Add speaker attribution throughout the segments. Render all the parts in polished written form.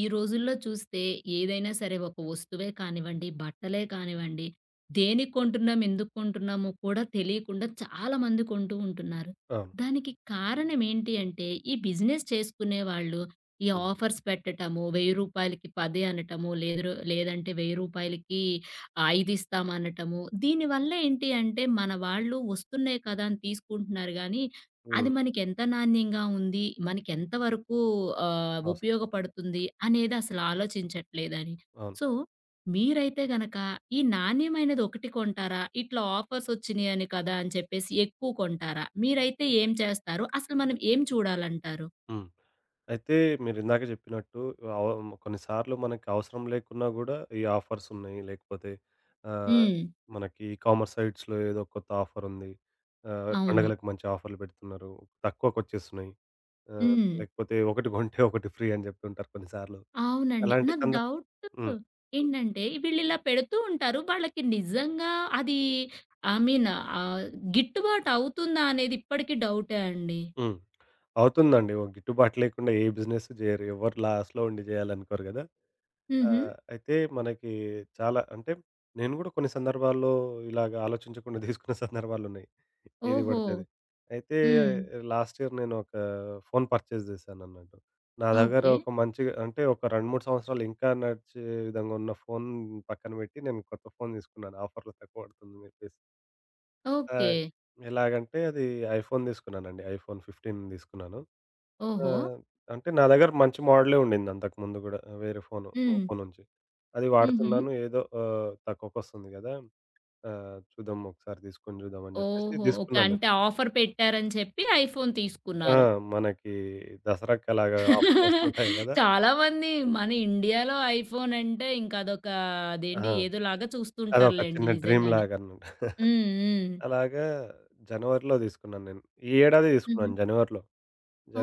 Speaker 1: ఈ రోజుల్లో చూస్తే ఏదైనా సరే ఒక వస్తువే కానివ్వండి, బట్టలే కానివ్వండి, దేనికి కొంటున్నాం, ఎందుకు కొంటున్నామో కూడా తెలియకుండా చాలామంది కొంటూ ఉంటున్నారు.
Speaker 2: అవును.
Speaker 1: దానికి కారణం ఏంటి అంటే ఈ బిజినెస్ చేసుకునే వాళ్ళు ఈ
Speaker 2: హ్మ్.
Speaker 1: ఆఫర్స్ పెట్టటము, రూ. 1000కి 10 అనటము, లేదు లేదంటే రూ. 1000కి ఇదిస్తాం అనటము. దీనివల్ల ఏంటి అంటే మన వాళ్ళు వస్తున్నాయి కదా అని తీసుకుంటున్నారు గానీ, అది
Speaker 2: హ్మ్.
Speaker 1: మనకెంత నాణ్యంగా ఉంది, మనకెంత వరకు
Speaker 2: అవసరం.
Speaker 1: ఉపయోగపడుతుంది అనేది అసలు ఆలోచించట్లేదని.
Speaker 2: అవును.
Speaker 1: సో, మీరైతే గనక ఈ నాణ్యమైనది ఒకటి కొంటారా? ఇట్లా ఆఫర్స్ వచ్చినియని కదా అని చెప్పేసి ఎక్కువ కొంటారా? మీరైతే ఏం చేస్తారు? అసలు మనం ఏం చూడాలంటారు?
Speaker 2: హ్మ్. అయితే మీరిందాక చెప్పినట్టు అవ కొన్నిసార్లు మనకి అవసరం లేకున్నా గూడా ఈ ఆఫర్స్ ఉన్నాయి. లేకపోతే ఆహ్,
Speaker 1: హ్మ్.
Speaker 2: మనకి ఈ కామర్స్ సైట్స్‌లో ఏదో కొత్త ఆఫర్ ఉంది.
Speaker 1: అవును.
Speaker 2: పండగలకు మంచి ఆఫర్‌లు పెడుతున్నారు. తక్కువకొచ్చేస్తున్నాయి.
Speaker 1: హ్మ్.
Speaker 2: లేకపోతే ఒకటి కొంటే ఒకటి ఫ్రీ అని చెప్తుంటారు కొన్నిసార్లు.
Speaker 1: అవునండి.
Speaker 2: అలాంటి
Speaker 1: నాకు
Speaker 2: సంద
Speaker 1: డౌట్
Speaker 2: హ్మ్.
Speaker 1: ఏంటంటే వీళ్ళిలా పెడుతూ ఉంటారు. వాళ్ళకి నిజంగా అది ఐ మీన్ ఆహ్, గిట్టుబాటు అవుతుందా అనేది ఇప్పటికి డౌటే అండి.
Speaker 2: హ్మ్. అవుతుందండి. ఓ గిట్టుబాటు లేకుండా ఏ బిజినెస్ చేయరు. ఎవరు లాస్‌లో ఉండి చేయాలనుకోరు గదా! ఆ!
Speaker 1: హుహు.
Speaker 2: అయితే మనకి చాలా అంటే నేను గూడా కొన్ని సందర్భాల్లో ఇలాగ ఆలోచించకుండా తీసుకున్న సందర్భాలున్నాయి. ఏది
Speaker 1: ఓహో.
Speaker 2: పడితే అది. అయితే
Speaker 1: హ్మ్.
Speaker 2: లాస్ట్ ఇయర్ నేను ఒక ఫోన్ పర్చేస్ చేశానన్నట్టు. నా దగ్గర
Speaker 1: ఓకే.
Speaker 2: ఒక మంచిగా అంటే ఒక 2, 3 సంవత్సరాలు ఇంకా నడిచే విధంగా ఉన్న ఫోన్ పక్కన పెట్టి నేను కొత్త ఫోన్ తీసుకున్నాను. ఆఫర్‌లో తక్కువ పడుతుందని చెప్పేసి. ఆ!
Speaker 1: ఓకే.
Speaker 2: ఎలాగంటే అది ఐఫోన్ తీసుకున్నానండి. ఐఫోన్ 15 తీసుకున్నాను. ఆ!
Speaker 1: ఓహో.
Speaker 2: అంటే నా దగ్గర మంచి మోడలే ఉండింది అంతకుముందు గూడా. వేరే ఫోను.
Speaker 1: హ్మ్.
Speaker 2: ఒప్పో నుంచి. అది
Speaker 1: హుహు.
Speaker 2: వాడుతున్నాను ఏదో తక్కువకొస్తుంది గదా! చూద్దాం ఒకసారి తీసుకొని చూద్దాం అని జెప్పేసి
Speaker 1: ఓహో. ఓకే.
Speaker 2: తీసుకున్నాను నేను.
Speaker 1: అంటే ఆఫర్ పెట్టారని చెప్పి ఐఫోన్
Speaker 2: ఆ!
Speaker 1: తీసుకున్నారు.
Speaker 2: మనకి దసరాకి అలాగా ఆఫర్స్ వస్తుంటాయి గదా!
Speaker 1: చాలా మంది మన ఇండియాలో ఐఫోన్ అంటే ఇంక అదొక అదేంటి
Speaker 2: ఆ!
Speaker 1: ఏదోలాగా
Speaker 2: అదొక
Speaker 1: చూస్తుంటారులెండి
Speaker 2: చిన్న డ్రీమ్
Speaker 1: నిజంగానే.
Speaker 2: లాగన్నమాట.
Speaker 1: హ్మ్. హ్మ్.
Speaker 2: అలాగా జనవరిలో తీసుకున్నాను నేను. ఈ ఏడాది తీసుకున్నాను
Speaker 1: హుహు.
Speaker 2: జనవరిలో.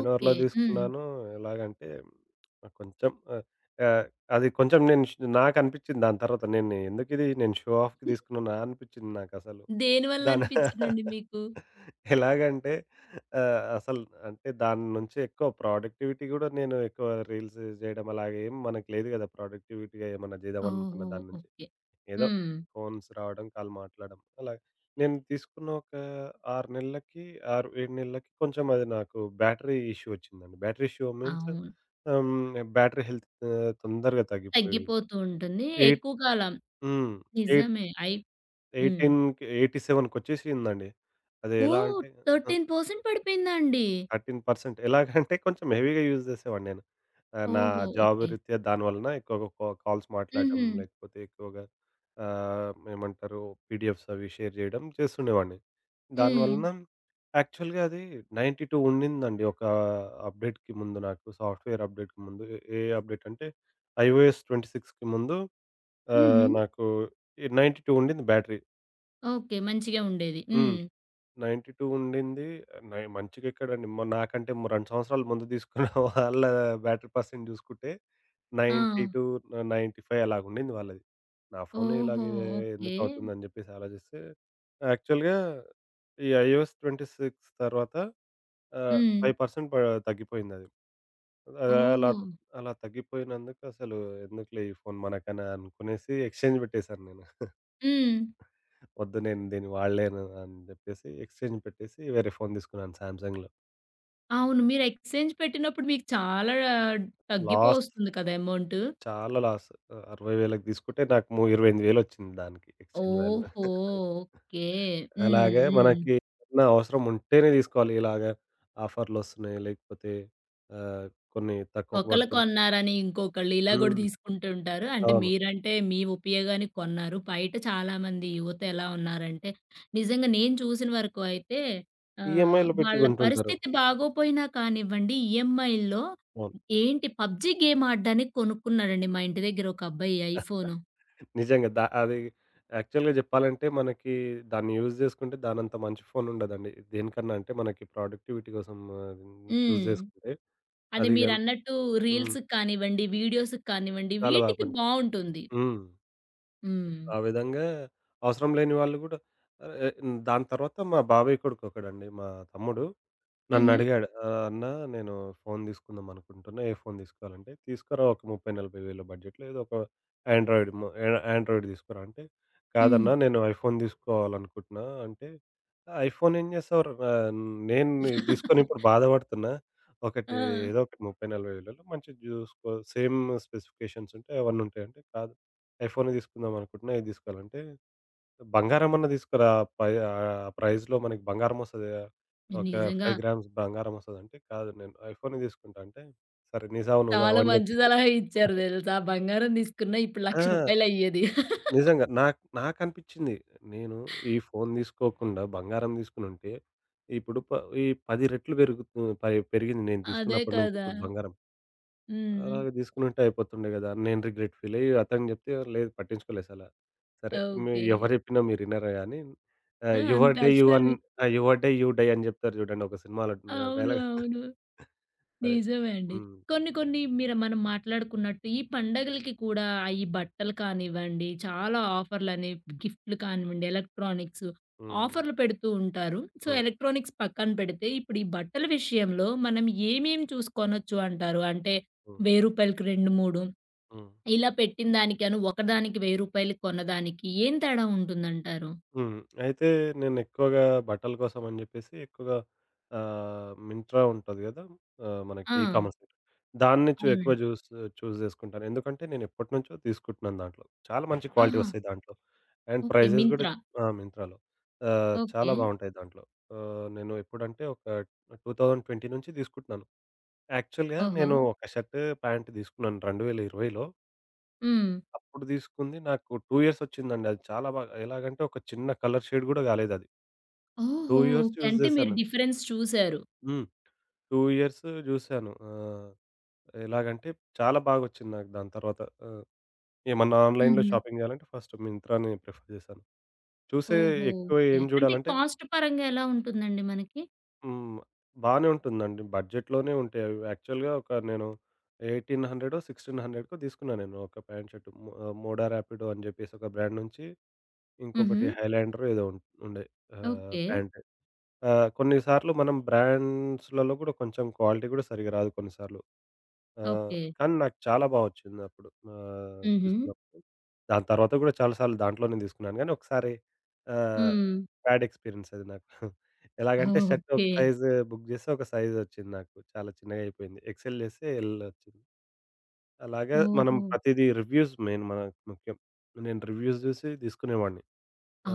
Speaker 1: ఓకే. హ్మ్.
Speaker 2: తీసుకున్నాను. ఎలాగంటే కొంచెం ఆహ్, ఆహ్, అది కొంచెం నేను నాకనిపించింది దాని తర్వాత నేను ఎందుకిది నేను షో ఆఫ్‌కి తీసుకున్నానా అనిపించింది నాకసలు.
Speaker 1: దేనివల్ల
Speaker 2: దాని
Speaker 1: అనిపించిందండి మీకు?
Speaker 2: ఎలాగంటే అసలు అంటే దాని నుంచి ఎక్కువ ప్రొడక్టివిటీ గూడా నేను ఎక్కువ రీల్స్ జేయడం అలాగేం మనకు లేదు గదా! ప్రొడక్టివిటీగా ఏమన్నా జేద్దామనుకున్న
Speaker 1: ఓహో.
Speaker 2: దాని నుంచి.
Speaker 1: ఓకే.
Speaker 2: ఏదో
Speaker 1: హ్మ్.
Speaker 2: ఫోన్స్ రావడం, కాల్ మాట్లాడడం అలాగే. నేను తీసుకున్న ఒక 6 నెలలకి, 6, 7 నెలలకి కొంచెం అది నాకు బ్యాటరీ ఇష్యూ వచ్చిందండి. బ్యాటరీ ఇష్యూ మీన్స్
Speaker 1: అవును.
Speaker 2: ఆహ్, బ్యాటరీ హెల్త్ తొందరగా తగ్గిపోయింది.
Speaker 1: తగ్గిపోతూ ఉంటుంది.
Speaker 2: ఎయిట్
Speaker 1: ఎక్కువ కాలం
Speaker 2: హ్మ్. ఎయిట్
Speaker 1: నిజమే. ఐ హ్మ్.
Speaker 2: 18కి 87 కొచ్చేసిందండి. అది ఎలా
Speaker 1: ఓహ్!
Speaker 2: అంటే ఆ!
Speaker 1: 13% పడిపోయిందా అండి?
Speaker 2: 13% ఎలాగంటే కొంచెం హెవీగా యూజ్ చేసేవాడిని నేను. నా
Speaker 1: ఓహో.
Speaker 2: Job
Speaker 1: okay.
Speaker 2: రీత్యా దాని వలన ఎక్కువగా కాల్స్ మాట్లాడడం,
Speaker 1: హుహు.
Speaker 2: లేకపోతే ఎక్కువగా ఆహ్, ఏమంటారు పీడిఎఫ్స్ అవి షేర్ చేయడం చేస్తుండేవాడిని. దాని
Speaker 1: హ్మ్.
Speaker 2: వలన యాక్చువల్‌గా అది 92 ఉండిందండి ఒక అప్డేట్‌కి ముందు నాకు సాఫ్ట్‌వేర్ అప్డేట్‌కి ముందు. ఏ ఏ అప్డేట్ అంటే ఐఓఎస్ 26కి ముందు
Speaker 1: హుహు.
Speaker 2: నాకు 92 ఉండింది బ్యాటరీ.
Speaker 1: ఓకే. మంచిగే ఉండేది.
Speaker 2: హ్మ్.
Speaker 1: హ్మ్.
Speaker 2: 92 ఉండింది. మంచిగెక్కడండి నాకంటే 2 సంవత్సరాల ముందు తీసుకున్న వాళ్ళ బ్యాటరీ పర్సెంట్ చూసుకుంటే
Speaker 1: ఆ!
Speaker 2: 92, 95 అలాగుండింది వాళ్ళది. నా ఫోనే
Speaker 1: ఓహో.
Speaker 2: ఇలాగే
Speaker 1: ఓకే.
Speaker 2: ఎందుకవుతుందని జెప్పేసి ఆలోచిస్తే యాక్చువల్‌గా ఈ ఐఓఎస్ 26 తర్వాత ఆహ్,
Speaker 1: హ్మ్.
Speaker 2: 5% తగ్గిపోయిందది. అలా
Speaker 1: ఓహో.
Speaker 2: అలా తగ్గిపోయినందుకు అసలు ఎందుకులే ఈ ఫోను మనకని అనుకునేసి ఎక్స్‌చేంజ్ పెట్టేశాను నేను.
Speaker 1: హ్మ్.
Speaker 2: వద్దు నేను దీన్ని వాడలేను అని చెప్పేసి ఎక్స్చేంజ్ పెట్టేసి వేరే ఫోన్ తీసుకున్నాను సామ్‌సంగ్‌లో.
Speaker 1: అవును. మీరు ఎక్స్‌చేంజ్ పెట్టినప్పుడు మీకు చాలా
Speaker 2: లాస్
Speaker 1: తగ్గిపోస్తుంది కదా, అమౌంటు.
Speaker 2: చాలా లాస్. 60,000కి తీసుకుంటే నాకు 28,000 వచ్చింది దానికి ఎక్స్చేంజ్ వాల్యూ.
Speaker 1: ఓహో. ఓకే. హ్మ్.
Speaker 2: అలాగే
Speaker 1: హ్మ్.
Speaker 2: మనకి ఏదన్నా అవసరం ఉంటేనే తీసుకోవాలి. ఇలాగ ఆఫర్‌లొస్తున్నాయి లేకపోతే ఆహ్, కొన్ని తక్కువకు
Speaker 1: ఒకళ్ళు
Speaker 2: పడుతున్నాయి.
Speaker 1: కొన్నారని ఇంకొకళ్ళు ఇలా గూడా
Speaker 2: హ్మ్.
Speaker 1: తీసుకుంటూ ఉంటారు. అంటే
Speaker 2: అవును.
Speaker 1: మీరంటే మీ ఉపయోగానికి కొన్నారు. బయట చాలామంది యువత ఎలా ఉన్నారంటే నిజంగా నేను చూసిన వరకు అయితే
Speaker 2: ఈఎంఐలో పెట్టి
Speaker 1: వాళ్ళ
Speaker 2: కొంటుంటారు.
Speaker 1: పరిస్థితి బాగోపోయినా కానివ్వండి ఈఎంఐల్లో
Speaker 2: అవును.
Speaker 1: ఏంటి పబ్‌జీ గేమ్ ఆడడానికి కొనుక్కున్నాడండి మా ఇంటి దగ్గర ఒక అబ్బాయి ఐఫోను.
Speaker 2: నిజంగా. దా అది యాక్చువల్‌గా జెప్పాలంటే మనకి దాన్ని యూజ్ జేసుకుంటే దానంత మంచి ఫోన్ ఉండదండి. దేనికన్నా అంటే మనకి ప్రొడక్టివిటీ కోసం చూజ్
Speaker 1: హ్మ్.
Speaker 2: జేసుకుంటే
Speaker 1: అది
Speaker 2: అది గాని
Speaker 1: మీరన్నట్టు
Speaker 2: హ్మ్.
Speaker 1: రీల్స్‌కి కానివ్వండి, వీడియోస్‌కి కానివ్వండి,
Speaker 2: చాలా బా
Speaker 1: వీటికి
Speaker 2: పని
Speaker 1: బావుంటుంది.
Speaker 2: హ్మ్.
Speaker 1: హ్మ్.
Speaker 2: ఆ విధంగా అవసరం లేని వాళ్ళు గూడా ఆహ్, ఎ దాని తర్వాత మా బాబాయ్ కొడుకొకడండి మా తమ్ముడు
Speaker 1: హుహు.
Speaker 2: నన్నడిగాడు. "అన్నా నేను ఫోన్ తీసుకుందాం అనుకుంటున్నా. ఏ ఫోన్ తీసుకోవాలంటే, తీసుకురా ఒక 30, 40 వేల బడ్జెట్‌లో ఏదో ఒక ఆండ్రాయిడ్ మొ య ఆండ్రాయిడ్ తీసుకురా" అంటే,
Speaker 1: హ్మ్.
Speaker 2: "కాదన్నా నేను ఐఫోన్ తీసుకోవాలనుకుంటున్నా" అంటే, "ఐఫోన్ ఏం చేస్తావురా? నేను ఇది తీసుకొని ఇప్పుడు బాధపడుతున్నా.
Speaker 1: ఆ!
Speaker 2: ఒకటి ఏదో ఒకటి 30, 40 వేలలో మంచిది చూసుకో సేమ్ స్పెసిఫికేషన్స్ ఉంటే అవన్నీ ఉంటాయి" అంటే, "కాదు ఐఫోనే తీసుకుందాం అనుకుంటున్నా. ఏది తీసుకోవాలంటే" బంగారమన్నా తీసుకురా. ప్రైస్‌లో మనకి బంగారమొస్తది గదా! ఒక
Speaker 1: నిజంగా
Speaker 2: 5 గ్రామ్స్ బంగారం వస్తదంటే, కాదు నేను ఐఫోనే తీసుకుంటా అంటే, సరే నీ సావు నువ్వు సావు
Speaker 1: చాలా
Speaker 2: అని
Speaker 1: మంచి
Speaker 2: జెప్పి
Speaker 1: సలహా ఇచ్చారు తెలుసా! బంగారం తీసుకున్న ఇప్పుడు రూ.
Speaker 2: ఆ!
Speaker 1: 1,00,000 అయ్యేది.
Speaker 2: నిజంగా. నాకు నాకనిపిచ్చింది. నేను ఈ ఫోను తీసుకోకుండా బంగారం తీసుకునుంటే, ఇప్పుడు ఈ 10 రెట్లు పై పెరిగింది నేను
Speaker 1: అదే
Speaker 2: తీసుకున్నప్పటి నుంచి
Speaker 1: కదా!
Speaker 2: ఇప్పుడు బంగారం.
Speaker 1: హ్మ్.
Speaker 2: అలాగ తీసుకునుంటే అయిపోతుండే గదా! అని నేను రిగ్రెట్ ఫీలయ్యి అతనికి జెప్తే లేదు పట్టించుకోలేసలా. సరే మీ
Speaker 1: ఓకే.
Speaker 2: ఎవరు జెప్పినా మీరు ఇనరు గానీ
Speaker 1: ఆ!
Speaker 2: ఆహ్, 'యువర్
Speaker 1: అంత
Speaker 2: డే యు అన్
Speaker 1: అస్సలు
Speaker 2: 'యువర్ డే యూ డై' అని జెప్తారు జూడండి ఒక సినిమాలో
Speaker 1: అవును.
Speaker 2: డైలాగ్.
Speaker 1: అవును.
Speaker 2: సరే.
Speaker 1: నిజమే అండి.
Speaker 2: హ్మ్.
Speaker 1: కొన్ని కొన్ని మీరు మనం మాట్లాడుకున్నట్టు ఈ పండగలకి కూడా ఈ బట్టలు కానివ్వండి, చాలా ఆఫర్‌లని, గిఫ్ట్‌లు కానివ్వండి, ఎలక్ట్రానిక్స్
Speaker 2: హ్మ్. హ్మ్.
Speaker 1: ఆఫర్‌లు పెడుతూ ఉంటారు. సో,
Speaker 2: హ్మ్.
Speaker 1: ఎలక్ట్రానిక్స్ పక్కన పెడితే ఇప్పుడు ఈ బట్టల విషయంలో మనం ఏమేమి చూసి కొనొచ్చు అంటారు? అంటే
Speaker 2: హ్మ్.
Speaker 1: రూ. 1000కి 2, 3
Speaker 2: హ్మ్.
Speaker 1: ఇలా పెట్టిన దానికను, ఒకదానికి రూ. 1000 కొన్నదానికి ఏం తేడా ఉంటుందంటారు?
Speaker 2: హ్మ్. అయితే నేనెక్కువగా బట్టల కోసమని జెప్పేసి ఎక్కువగా మింత్రా ఉంటది గదా! మనకి
Speaker 1: ఆ!
Speaker 2: E commerce site. దాన్ని చూ ఎక్కువ
Speaker 1: అవునండి.
Speaker 2: జూస్ చూజ్ జేసుకుంటాను. ఎందుకంటే నేనెప్పటినుంచో తీసుకుంటున్నాను దాంట్లో. చాలా మంచి క్వాలిటీ
Speaker 1: ఆహా.
Speaker 2: వస్తాయి దాంట్లో. And
Speaker 1: okay.
Speaker 2: ప్రైజెస్ గూడా
Speaker 1: మింత్రా.
Speaker 2: ఆ! మింత్రాలో.
Speaker 1: ఓకే.
Speaker 2: చాలా బావుంటాయి దాంట్లో. నేను ఎప్పుడంటే ఒక 2020 నుంచి తీసుకుంటున్నాను. యాక్చువల్‌గా
Speaker 1: ఓహో.
Speaker 2: నేను ఒక షర్ట్, ప్యాంట్ తీసుకున్నాను 2020లో
Speaker 1: హ్మ్.
Speaker 2: అప్పుడు తీసుకుంది నాకు 2 ఇయర్స్ వచ్చిందండి. అది చాలా బాగా ఎలాగంటే ఒక చిన్న కలర్ షేడ్ గూడా గాలేదది.
Speaker 1: ఓహో.
Speaker 2: 2 ఇయర్స్
Speaker 1: ఓకే.
Speaker 2: యూజ్
Speaker 1: అంటే మీరు
Speaker 2: జేశాను.
Speaker 1: డిఫరెన్స్ చూసారు.
Speaker 2: హ్మ్. 2 ఇయర్స్ జూశాను. ఎలాగంటే చాలా బాగొచ్చింది నాకు దాని తర్వాత. ఆహ్, ఏమన్నా ఆన్‌లైన్‌లో
Speaker 1: హుహు.
Speaker 2: షాపింగ్ జేయాలంటే ఫస్ట్ మింత్రాని ప్రిఫర్ జేశాను. చూసే
Speaker 1: ఓహో.
Speaker 2: ఎక్కువ
Speaker 1: ఓకే.
Speaker 2: ఏం
Speaker 1: అంటే
Speaker 2: జూడాలంటే
Speaker 1: కాస్ట్ పరంగా ఎలా ఉంటుందండి మనకి?
Speaker 2: హ్మ్. బానే ఉంటుందండి. బడ్జెట్‌లోనే ఉంటాయి అవి. యాక్చువల్‌గా ఒక నేను 1800 1600కో తీసుకున్నా నేను ఒక ప్యాంట్ షర్ట్. మోడా ర్యాపిడో అని జెప్పేసి ఒక బ్రాండ్ నుంచి
Speaker 1: హుహు.
Speaker 2: ఇంకొకటి 'హైలాండరో' ఏదో ఉం ఉండే
Speaker 1: ఓకే.
Speaker 2: ప్యాంట్. కొన్ని సార్లు మనం బ్రాండ్స్‌లలో గూడా కొంచెం క్వాలిటీ గూడా సరిగ్గా రాదు కొన్ని సార్లు.
Speaker 1: ఓకే.
Speaker 2: కానీ నాకు చాలా బా వచ్చిందప్పుడు
Speaker 1: హుహు.
Speaker 2: తీసుకున్నప్పుడు. దాని తర్వాత గూడా చాలా సార్లు దాంట్లోనే తీసుకున్నాను గానీ ఒకసారి ఆహ్,
Speaker 1: హ్మ్.
Speaker 2: బ్యాడ్ ఎక్స్‌పీరియన్స్ అది నాకు. ఎలాగంటే షర్ట్ ఒక
Speaker 1: ఓకే.
Speaker 2: సైజ్ బుక్ జేస్తే ఒక సైజ్ వచ్చింది నాకు. చాలా చిన్నగా అయిపోయింది. ఎక్స్‌ఎల్ జేస్తే ఎల్ వచ్చింది. అలాగే మనం
Speaker 1: ఓహో.
Speaker 2: ప్రతిదీ రివ్యూస్ మెయిన్ మనకు ముఖ్యం. నేను రివ్యూస్ జూసి తీసుకునేవాడిని.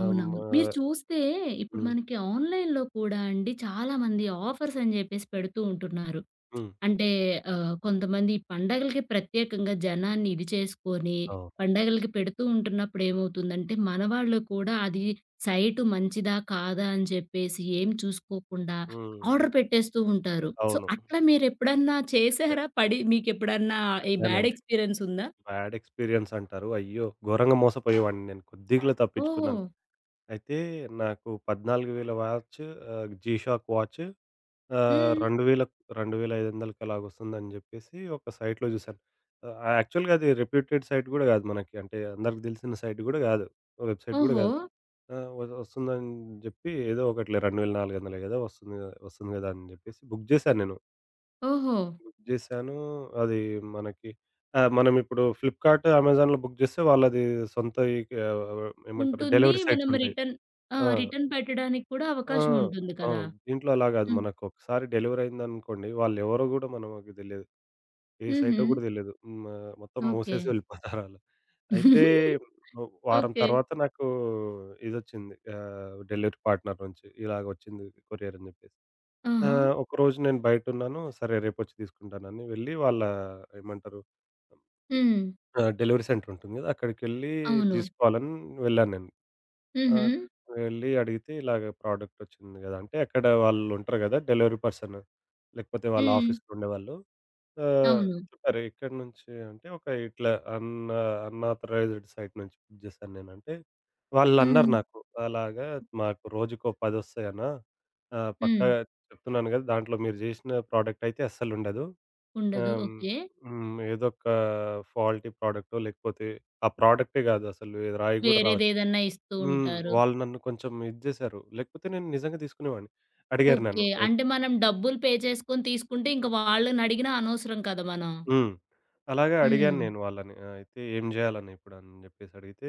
Speaker 2: ఆహ్, మా
Speaker 1: మీరు చూస్తే ఇప్పుడు
Speaker 2: హ్మ్.
Speaker 1: మనకి ఆన్‌లైన్‌లో కూడా అండి చాలామంది ఆఫర్స్ అని జెప్పేసి పెడుతూ ఉంటున్నారు.
Speaker 2: హ్మ్.
Speaker 1: అంటే కొంతమంది ఈ పండగలకి ప్రత్యేకంగా జనాన్ని ఇది చేసుకొని,
Speaker 2: అవును.
Speaker 1: పండగలకి పెడుతూ ఉంటున్నప్పుడు ఏమవుతుందంటే, మనవాళ్ళు కూడా అది సైటు మంచిదా? కాదా? అని చెప్పేసి ఏం చూసుకోకుండా
Speaker 2: హ్మ్.
Speaker 1: ఆర్డర్ పెట్టేస్తూ ఉంటారు. సో,
Speaker 2: అవును.
Speaker 1: అట్లా మీరెప్పుడన్నా
Speaker 2: పెట్టా
Speaker 1: చేసారా? పడి మీకెప్పుడన్నా ఈ బ్యాడ్
Speaker 2: పెట్టానండి.
Speaker 1: ఎక్స్‌పీరియన్స్ ఉందా?
Speaker 2: బ్యాడ్ ఎక్స్‌పీరియన్స్ అంటారు. అయ్యో! ఘోరంగా మోసపోయేవాడిని నేను. కొద్దిగలో
Speaker 1: ఓహో.
Speaker 2: తప్పించుకున్నాను. అయితే నాకు 14,000 వాచ్ జీ షాక్ వాచ్
Speaker 1: హ్మ్.
Speaker 2: 2,000, 2,500కి అలాగొస్తుందని జెప్పేసి ఒక సైట్‌లో జూసాను. యాక్చువల్‌గా అది రెప్యూటెడ్ సైట్ గూడా గాదు మనకి. అంటే అందరికి దెలిసిన సైట్ గూడా గాదు. వెబ్‌సైట్ గూడా
Speaker 1: ఓహో.
Speaker 2: గాదు. ఆహ్, వ వస్తుందని జెప్పి ఏదో ఒకటిలే 2,400 గదా! వస్తుంది గదా! వస్తుంది గదా! అని జెప్పేసి బుక్ జేశాను నేను.
Speaker 1: ఓహో.
Speaker 2: బుక్ జేశాను. అది మనకి మనం ఇప్పుడు ఫ్లిప్‌కార్ట్, అమెజాన్‌లో బుక్ జేస్తే వాళ్ళది సొంతయి ఆహ్, ఏమంటారు
Speaker 1: ఉంటుంది.
Speaker 2: డెలివరీ
Speaker 1: మనం
Speaker 2: సైట్స్ ఉంటాయి.
Speaker 1: రిటర్న్ ఆ!
Speaker 2: ఆ!
Speaker 1: రిటర్న్ పెట్టడానికి కూడా
Speaker 2: ఆ!
Speaker 1: అవకాశం ఉంటుంది కదా!
Speaker 2: అవును. దీంట్లో అలా గాదు.
Speaker 1: హ్మ్.
Speaker 2: మనకు ఒకసారి డెలివరీ అయిందనుకోండి, వాళ్ళెవరో గూడా మనకు దెలియదు. ఏ
Speaker 1: హుహు.
Speaker 2: సైటో గూడా దెలియదు. హ్మ్. మొత్తం
Speaker 1: ఓకే.
Speaker 2: మూసేసి వెళ్ళిపోతారాళ్ళు. అయితే వారం
Speaker 1: ఓకే.
Speaker 2: తర్వాత నాకు ఇదొచ్చింది. డెలివరీ పార్ట్‌నర్ నుంచి ఇలాగ వచ్చింది కొరియర్ అని జెప్పేసి. ఆ!
Speaker 1: ఆహా.
Speaker 2: ఒకరోజు నేను బయటున్నాను. సరే రేపొచ్చి తీసుకుంటానని వెళ్ళి వాళ్ళ ఏమంటారు
Speaker 1: హ్మ్.
Speaker 2: ఆ! డెలివరీ సెంటర్ ఉంటుంది గదా! అక్కడికెళ్ళి
Speaker 1: అవును.
Speaker 2: తీసుకోవాలని వెళ్ళాను నేను.
Speaker 1: హుహు.
Speaker 2: ఆహ్, వెళ్ళి అడిగితే ఇలాగ ప్రోడక్ట్ వచ్చింది గదా! అంటే అక్కడ వాళ్ళుంటారు గదా! Delivery person. లేకపోతే వాళ్ళ
Speaker 1: హ్మ్.
Speaker 2: ఆఫీస్‌లో ఉండేవాళ్ళు. ఆ!
Speaker 1: అవును.
Speaker 2: చెప్పారు. ఇక్కడి నుంచి అంటే ఒక ఇట్లా అన్‌ఆథరైజ్డ్ సైట్ నుంచి బుక్ జేశాను నేను. అంటే వాళ్ళన్నారు
Speaker 1: హ్మ్.
Speaker 2: నాకు, "అలాగా మాకు రోజుకో 10 వస్తాయన్నా.
Speaker 1: హ్మ్.
Speaker 2: పక్కా చెప్తున్నాను గదా! దాంట్లో మీరు జేసిన ప్రోడక్ట్ అయితే అస్సలుండదు.
Speaker 1: ఉండదు.
Speaker 2: ఆహ్,
Speaker 1: ఓకే.
Speaker 2: హ్మ్. ఏదొక ఫాల్టీ ప్రోడక్టో లేకపోతే ఆ ప్రోడక్టే గాదు అసలు ఏది రాయి గూడా రావచ్చు."
Speaker 1: వేరేదేదన్నా ఇస్తూ
Speaker 2: హ్మ్.
Speaker 1: ఉంటారు.
Speaker 2: వాళ్ళు నన్ను కొంచెం ఇది జేశారు. లేకపోతే నేను నిజంగా తీసుకునేవాడిని. అడిగారు
Speaker 1: ఓకే.
Speaker 2: నన్ను.
Speaker 1: అంటే మనం డబ్బులు పే చేసుకొని తీసుకుంటే ఇంక వాళ్ళనడిగినా అనవసరం కదా మనం.
Speaker 2: హ్మ్. అలాగే అడిగాను
Speaker 1: హ్మ్.
Speaker 2: నేను వాళ్ళని. అయితే ఏం జేయాలన్నా ఇప్పుడని జెప్పేసి అడిగితే,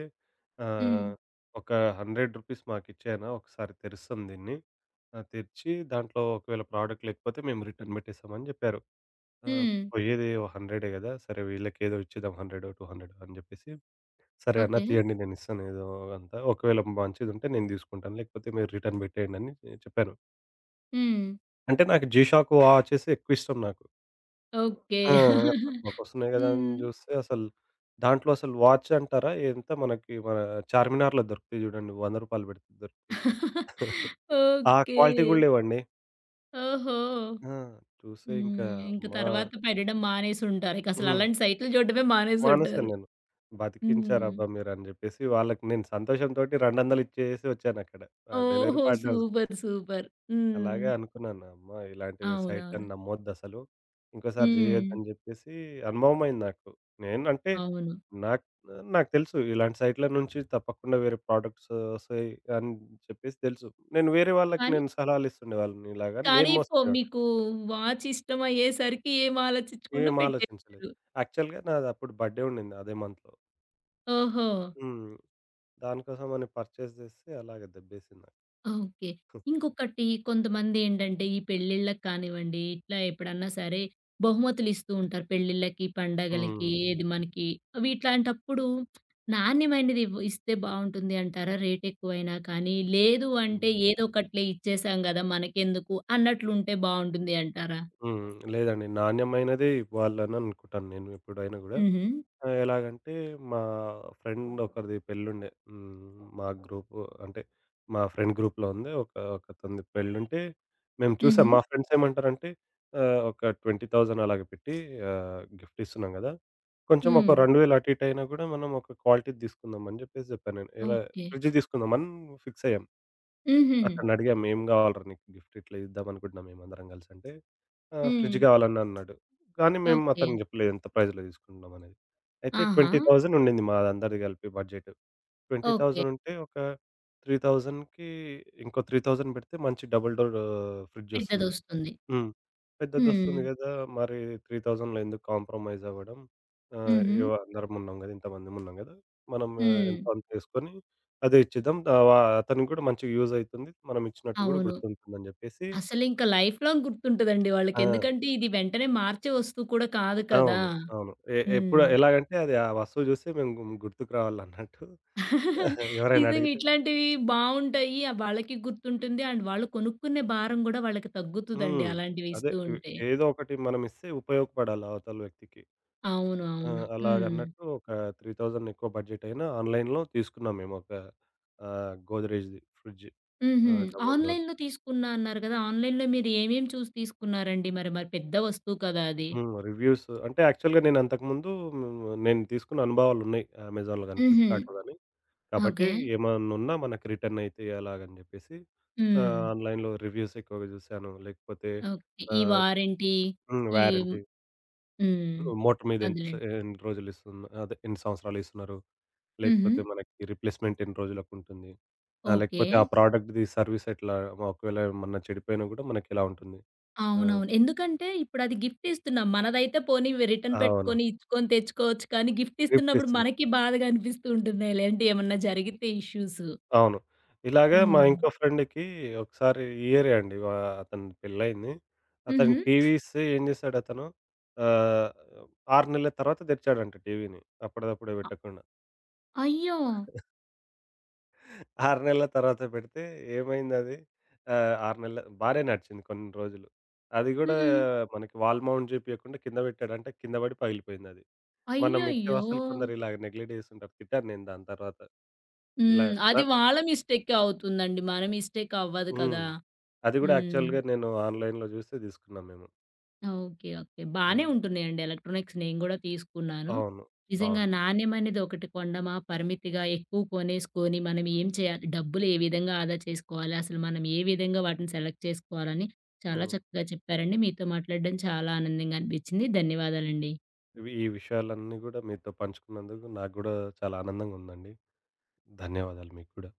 Speaker 1: హ్మ్.
Speaker 2: ఆహ్, ఒక రూ. 100 మాకిచ్చేయనా ఒకసారి తెరుస్తాం దీన్ని. తెరిచి దాంట్లో ఒకవేళ ప్రోడక్ట్ లేకపోతే మేము రిటర్న్ బెట్టేస్తామని జెప్పారు. ఆహ్,
Speaker 1: హ్మ్.
Speaker 2: పోయేది ఓ 100 గదా! సరే వీళ్ళకేదో ఇచ్చేద్దాం 100, 200 అని జెప్పేసి, సరే అన్న
Speaker 1: ఓకే.
Speaker 2: తీయండి నేనిస్తాను ఏదో అంతా. ఒకవేళ మంచిదుంటే నేను దీసుకుంటాను లేకపోతే మీరు రిటర్న్ బెట్టేయండని చెప్పాను.
Speaker 1: హ్మ్.
Speaker 2: అంటే నాకు 'జీ షాక్' వాచెసే ఎక్కువిష్టం నాకు.
Speaker 1: ఓకే.
Speaker 2: ఆ! తక్కువకొస్తున్నాయి గదా! అని
Speaker 1: హ్మ్.
Speaker 2: జూస్తే అసలు దాంట్లో అసలు వాచ్ అంటారా? ఎంత మనకి మన చార్మినార్‌లో దొరుకుతాయి జూడండి. రూ. 100 పెడితే దొరుకుతాయి. ఆ
Speaker 1: ఓకే.
Speaker 2: క్వాలిటీ గూడా లేవండి.
Speaker 1: ఓహో.
Speaker 2: ఆ! చూస్తే ఇంకా
Speaker 1: హ్మ్. ఇంక
Speaker 2: మా
Speaker 1: తర్వాత పెట్టడం మానేసుంటారు. ఇకసలు
Speaker 2: హ్మ్.
Speaker 1: అలాంటి సైట్లు చూడడమే
Speaker 2: మానేసాను
Speaker 1: మానేసుంటారు.
Speaker 2: నేను.
Speaker 1: హ్మ్.
Speaker 2: బతికించారబ్బా! మీరని జెప్పేసి వాళ్ళకి నేను సంతోషం తోటి 200 ఇచ్చేసి వచ్చానక్కడ. ఆ డెలివరీ
Speaker 1: ఓహో.
Speaker 2: పార్ట్నర్స్‌కి.
Speaker 1: సూపర్. సూపర్. హ్మ్.
Speaker 2: అలాగే అనుకున్నాను. అమ్మా! ఇలాంటివి
Speaker 1: అవునవును.
Speaker 2: సైట్‌లని నమ్మొద్దసలు. ఇంకోసారి
Speaker 1: హ్మ్.
Speaker 2: జేయొద్దని జెప్పేసి అనుభవమైంది నాకు. నేనంటే
Speaker 1: అవును.
Speaker 2: నాకు నాకు తెలుసు. ఇలాంటి సైట్‌ల నుంచి తప్పకుండా వేరే ప్రొడక్ట్స్ ఒస్తాయి అని చెప్పేసి తెలుసు. వేరే వాళ్ళకి
Speaker 1: కానీ,
Speaker 2: నేను సలహాలిస్తుండేవాళ్ళని ఇలాగ.
Speaker 1: కానీ
Speaker 2: నేను
Speaker 1: ఫో
Speaker 2: మోసపోయాను.
Speaker 1: మీకు వాచ్ ఇష్టమయ్యేసరికి ఏం ఆలోచించకుండా
Speaker 2: ఏం ఆలోచించలేదు.
Speaker 1: పెట్టేసారు.
Speaker 2: యాక్చువల్‌గా నాది అప్పుడు బర్త్‌డే ఉండింది అదే మంత్‌లో.
Speaker 1: ఓహో.
Speaker 2: హ్మ్. దానికోసమని పర్చేస్ జేస్తే అలాగే దెబ్బేసింది నాకు.
Speaker 1: ఆ! ఓకే. ఇంకొకటి కొంతమందేంటంటే ఈ పెళ్ళిళ్ళకి కానివ్వండి, ఇట్లా ఎప్పుడన్నా సరే బహుమతులిస్తూ ఉంటారు పెళ్ళిళ్ళకి, పండగలకి,
Speaker 2: హ్మ్.
Speaker 1: ఏది మనకి అవి ఇట్లాంటప్పుడు నాణ్యమైనది ఇస్తే బావుంటుంది అంటారా? రేట్ ఎక్కువైనా కానీ, లేదు అంటే
Speaker 2: హ్మ్.
Speaker 1: ఏదో ఒకట్లే ఇచ్చేసాం గదా! మనకెందుకు అన్నట్లుంటే బావుంటుంది అంటారా?
Speaker 2: హ్మ్. లేదండి. నాణ్యమైనదే ఇవ్వాలని అనుకుంటాను నేను ఎప్పుడైనా గూడా.
Speaker 1: హుహు.
Speaker 2: ఆ! ఎలాగంటే మా ఫ్రెండ్ ఒకరిది పెళ్ళుండే. హ్మ్. మా గ్రూపు అంటే మా ఫ్రెండ్ గ్రూప్‌లో ఉంది. ఒకతనది పెళ్ళుంటే మేము చూసాం.
Speaker 1: హుహు.
Speaker 2: మా హ్మ్. ఫ్రెండ్స్ ఏమంటారంటే ఒక 20,000 అలాగ పెట్టి గిఫ్ట్ ఇస్తున్నాం గదా! కొంచెం ఒక
Speaker 1: హ్మ్.
Speaker 2: అవును. 2,000 అటు ఇటు అయినా గూడా మనం ఒక క్వాలిటీది తీసుకుందాం అని జెప్పేసి జెప్పాను నేను. ఇలా
Speaker 1: ఓకే.
Speaker 2: ఫ్రిడ్జ్ తీసుకుందామని ఫిక్స్ అయ్యాం.
Speaker 1: హుహు.
Speaker 2: అతన్నడిగాం ఏం కావాలిరా నీకు గిఫ్ట్ ఇట్లా ఇద్దామనుకుంటున్నాం మేమందరం కలిసి అంటే,
Speaker 1: హ్మ్.
Speaker 2: ఫ్రిడ్జ్ కావాలని అన్నాడు. కానీ మేము
Speaker 1: ఓకే.
Speaker 2: అతనికి చెప్పలేదు ఎంత ప్రైస్‌లో తీసుకుంటున్నాం అనేది. అయితే
Speaker 1: ఆహా.
Speaker 2: 20,000 ఉండింది మాదందరిది కలిపి బడ్జెట్.
Speaker 1: ఓకే.
Speaker 2: 20,000 ఉంటే ఒక 3,000కి ఇంకో 3,000 పెడితే మంచి డబుల్ డోర్ ఫ్రిడ్జ్ వస్తుంది.
Speaker 1: పెద్దదొస్తుంది.
Speaker 2: హ్మ్.
Speaker 1: హ్మ్.
Speaker 2: పెద్దదొస్తుంది గదా! మరి 3000లో ఎందుకు కాంప్రమైజ్ అవ్వడం.
Speaker 1: హుహు.
Speaker 2: ఏవో అందరమున్నాం గదా! ఇంతమందిమున్నాం గదా! మనం
Speaker 1: హ్మ్.
Speaker 2: ఎంతో అంత ఏసుకొని అదే ఇచ్చేద్దాం. ఆహ్, వ అతనికి గూడా మంచిగా యూజ్ అయితుంది. మనం ఇచ్చినట్టు గూడా
Speaker 1: అవును.
Speaker 2: గుర్తుంటుందని జెప్పేసి
Speaker 1: అసలింక లైఫ్ లాంగ్ గుర్తుంటదండి వాళ్ళకి.
Speaker 2: ఆ!
Speaker 1: ఎందుకంటే ఇది వెంటనే మార్చే వస్తువు కూడా కాదు కదా!
Speaker 2: అవును. అవును.
Speaker 1: హ్మ్.
Speaker 2: ఎప్పుడు ఎలాగంటే అది ఆ వస్తువు జూస్తే మేము గుర్తుకు రావాలన్నట్టు ఎవరైనా
Speaker 1: నిజంగా
Speaker 2: అడిగితే
Speaker 1: ఇట్లాంటివి బావుంటాయి. ఆ వాళ్ళకి గుర్తుంటుంది. అండ్ వాళ్ళు కొనుక్కునే భారం గూడా వాళ్ళకి తగ్గుతదండి
Speaker 2: హ్మ్.
Speaker 1: అలాంటివి
Speaker 2: అదే
Speaker 1: ఇస్తూ ఉంటే.
Speaker 2: ఏదో ఒకటి మనం ఇస్తే ఉపయోగపడాలి అవతల వ్యక్తికి.
Speaker 1: అవును.
Speaker 2: ఆ!
Speaker 1: అవును. హ్మ్.
Speaker 2: అలాగన్నట్టు ఒక 3000 ఎక్కువ బడ్జెట్ అయినా ఆన్‌లైన్‌లో తీసుకున్నాం మేము ఒక గోద్రేజ్‌ది ఫ్రిడ్జ్.
Speaker 1: హుహు.
Speaker 2: Double door.
Speaker 1: ఆన్‌లైన్‌లో తీసుకున్నా అన్నారు గదా! ఆన్‌లైన్‌లో మీరు ఏమేం చూసి తీసుకున్నారండి మరి? మరి పెద్ద వస్తువు కదా అది.
Speaker 2: హ్మ్. రివ్యూస్ అంటే యాక్చువల్‌గా నేను అంతకుముందు నేను తీసుకున్న అనుభవాలున్నాయి. అమెజాన్‌లో గాని,
Speaker 1: హుహు.
Speaker 2: ఫ్లిప్‌కార్ట్‌లో గాని. కాబట్టి
Speaker 1: ఓకే.
Speaker 2: ఏమన్నున్నా మనకు రిటర్న్ అయితాయి అలాగని జెప్పేసి
Speaker 1: హ్మ్.
Speaker 2: ఆన్‌లైన్‌లో రివ్యూస్ ఎక్కువగా జూసాను. లేకపోతే
Speaker 1: ఓకే. ఈ
Speaker 2: ఆహ్,
Speaker 1: వారంటీ
Speaker 2: హ్మ్.
Speaker 1: ఈ
Speaker 2: వారంటీ
Speaker 1: హ్మ్.
Speaker 2: మోటర్ మీద ఎంత సే
Speaker 1: అదేలెండి.
Speaker 2: ఎన్ని రోజులిస్తున్న అదే ఎన్ని సంవత్సరాలిస్తున్నారు?
Speaker 1: హుహు.
Speaker 2: లేకపోతే మనకి రిప్లేస్‌మెంట్ ఎన్ని రోజులకుంటుంది?
Speaker 1: ఓకే.
Speaker 2: లేకపోతే ఆ ప్రొడక్ట్‌ది సర్విస్ ఎట్లా? ఒకవేళ ఏమన్నా చెడిపోయినా గూడా మనకెలా ఉంటుంది? ఆ!
Speaker 1: అవునవును. ఎందుకంటే ఇప్పుడది గిఫ్ట్ ఇస్తున్నాం. మనదైతే పోనీ వి రిటర్న్
Speaker 2: అవును.
Speaker 1: పెట్టుకొని, ఇచ్చుకొని తెచ్చుకోవచ్చు. కానీ గిఫ్ట్
Speaker 2: గిఫ్ట్
Speaker 1: ఇస్తున్నప్పుడు
Speaker 2: ఇస్తున్నాం.
Speaker 1: మనకి బాధగా అనిపిస్తూ ఉంటుంది. ఇలాంటివి ఏమన్నా జరిగితే ఇష్యూస్.
Speaker 2: అవును. ఇలాగ మా
Speaker 1: హ్మ్.
Speaker 2: ఇంకో ఫ్రెండ్‌కి ఒకసారి ఈ ఇయరే అండి అతని పెళ్లయింది.
Speaker 1: హుహు.
Speaker 2: అతనికి టీవీస్ ఏం చేశాడతను ఆహ్, 6 నెలల తర్వాత తెచ్చాడంట టీవీని అప్పటిదప్పుడే
Speaker 1: అ
Speaker 2: పెట్టకుండా.
Speaker 1: అయ్యో!
Speaker 2: 6 నెలల తర్వాత పెడితే ఏమైందది? 6 నెలల బానే నడిచింది కొన్ని రోజులు. అది గూడా
Speaker 1: హ్మ్.
Speaker 2: మనకి వాల్ మౌంట్ జేపియకుండా కింద బెట్టాడు. అంటే కింద బడి పగిలిపోయిందది. మనం ఇచ్చే
Speaker 1: అయ్యయ్యో!
Speaker 2: వస్తువులు కొందరు ఇలాగ నెగ్లెక్ట్ జేస్తుంటారు. తిట్టాను నేను దాని తర్వాత. ఇలా
Speaker 1: హ్మ్.
Speaker 2: న
Speaker 1: అది వాళ్ళ మిస్టేకే అవుతుందండి. మన మిస్టేక్ అవ్వదు
Speaker 2: హ్మ్.
Speaker 1: కదా!
Speaker 2: అది గూడా
Speaker 1: హ్మ్.
Speaker 2: యాక్చువల్‌గా నేను ఆన్‌లైన్‌లో జూసి తీసుకున్నాం మేము.
Speaker 1: ఓకే. ఓకే. బానే
Speaker 2: హ్మ్.
Speaker 1: ఉంటున్నాయండి ఎలక్ట్రానిక్స్, నేను గూడా తీసుకున్నాను.
Speaker 2: అవును.
Speaker 1: నిజంగా
Speaker 2: బావుంది.
Speaker 1: నాణ్యమనేది ఒకటి కొండమా, పరిమితిగా ఎక్కువ కొనేసుకొని మనం ఏం చేయాలి, డబ్బులు ఏ విధంగా ఆదా చేసుకోవాలి, అసలు మనం ఏ విధంగా వాటిని సెలెక్ట్ చేసుకోవాలని చాలా
Speaker 2: హ్మ్.
Speaker 1: చక్కగా చెప్పారండి. మీతో మాట్లాడడం చాలా ఆనందంగా అనిపించింది. ధన్యవాదాలండి.
Speaker 2: ఇవి ఈ విషయాలన్నీ గూడా మీతో పంచుకున్నందుకు నాకు గూడా చాలా ఆనందంగా ఉందండి. ధన్యవాదాలు మీకు కూడా.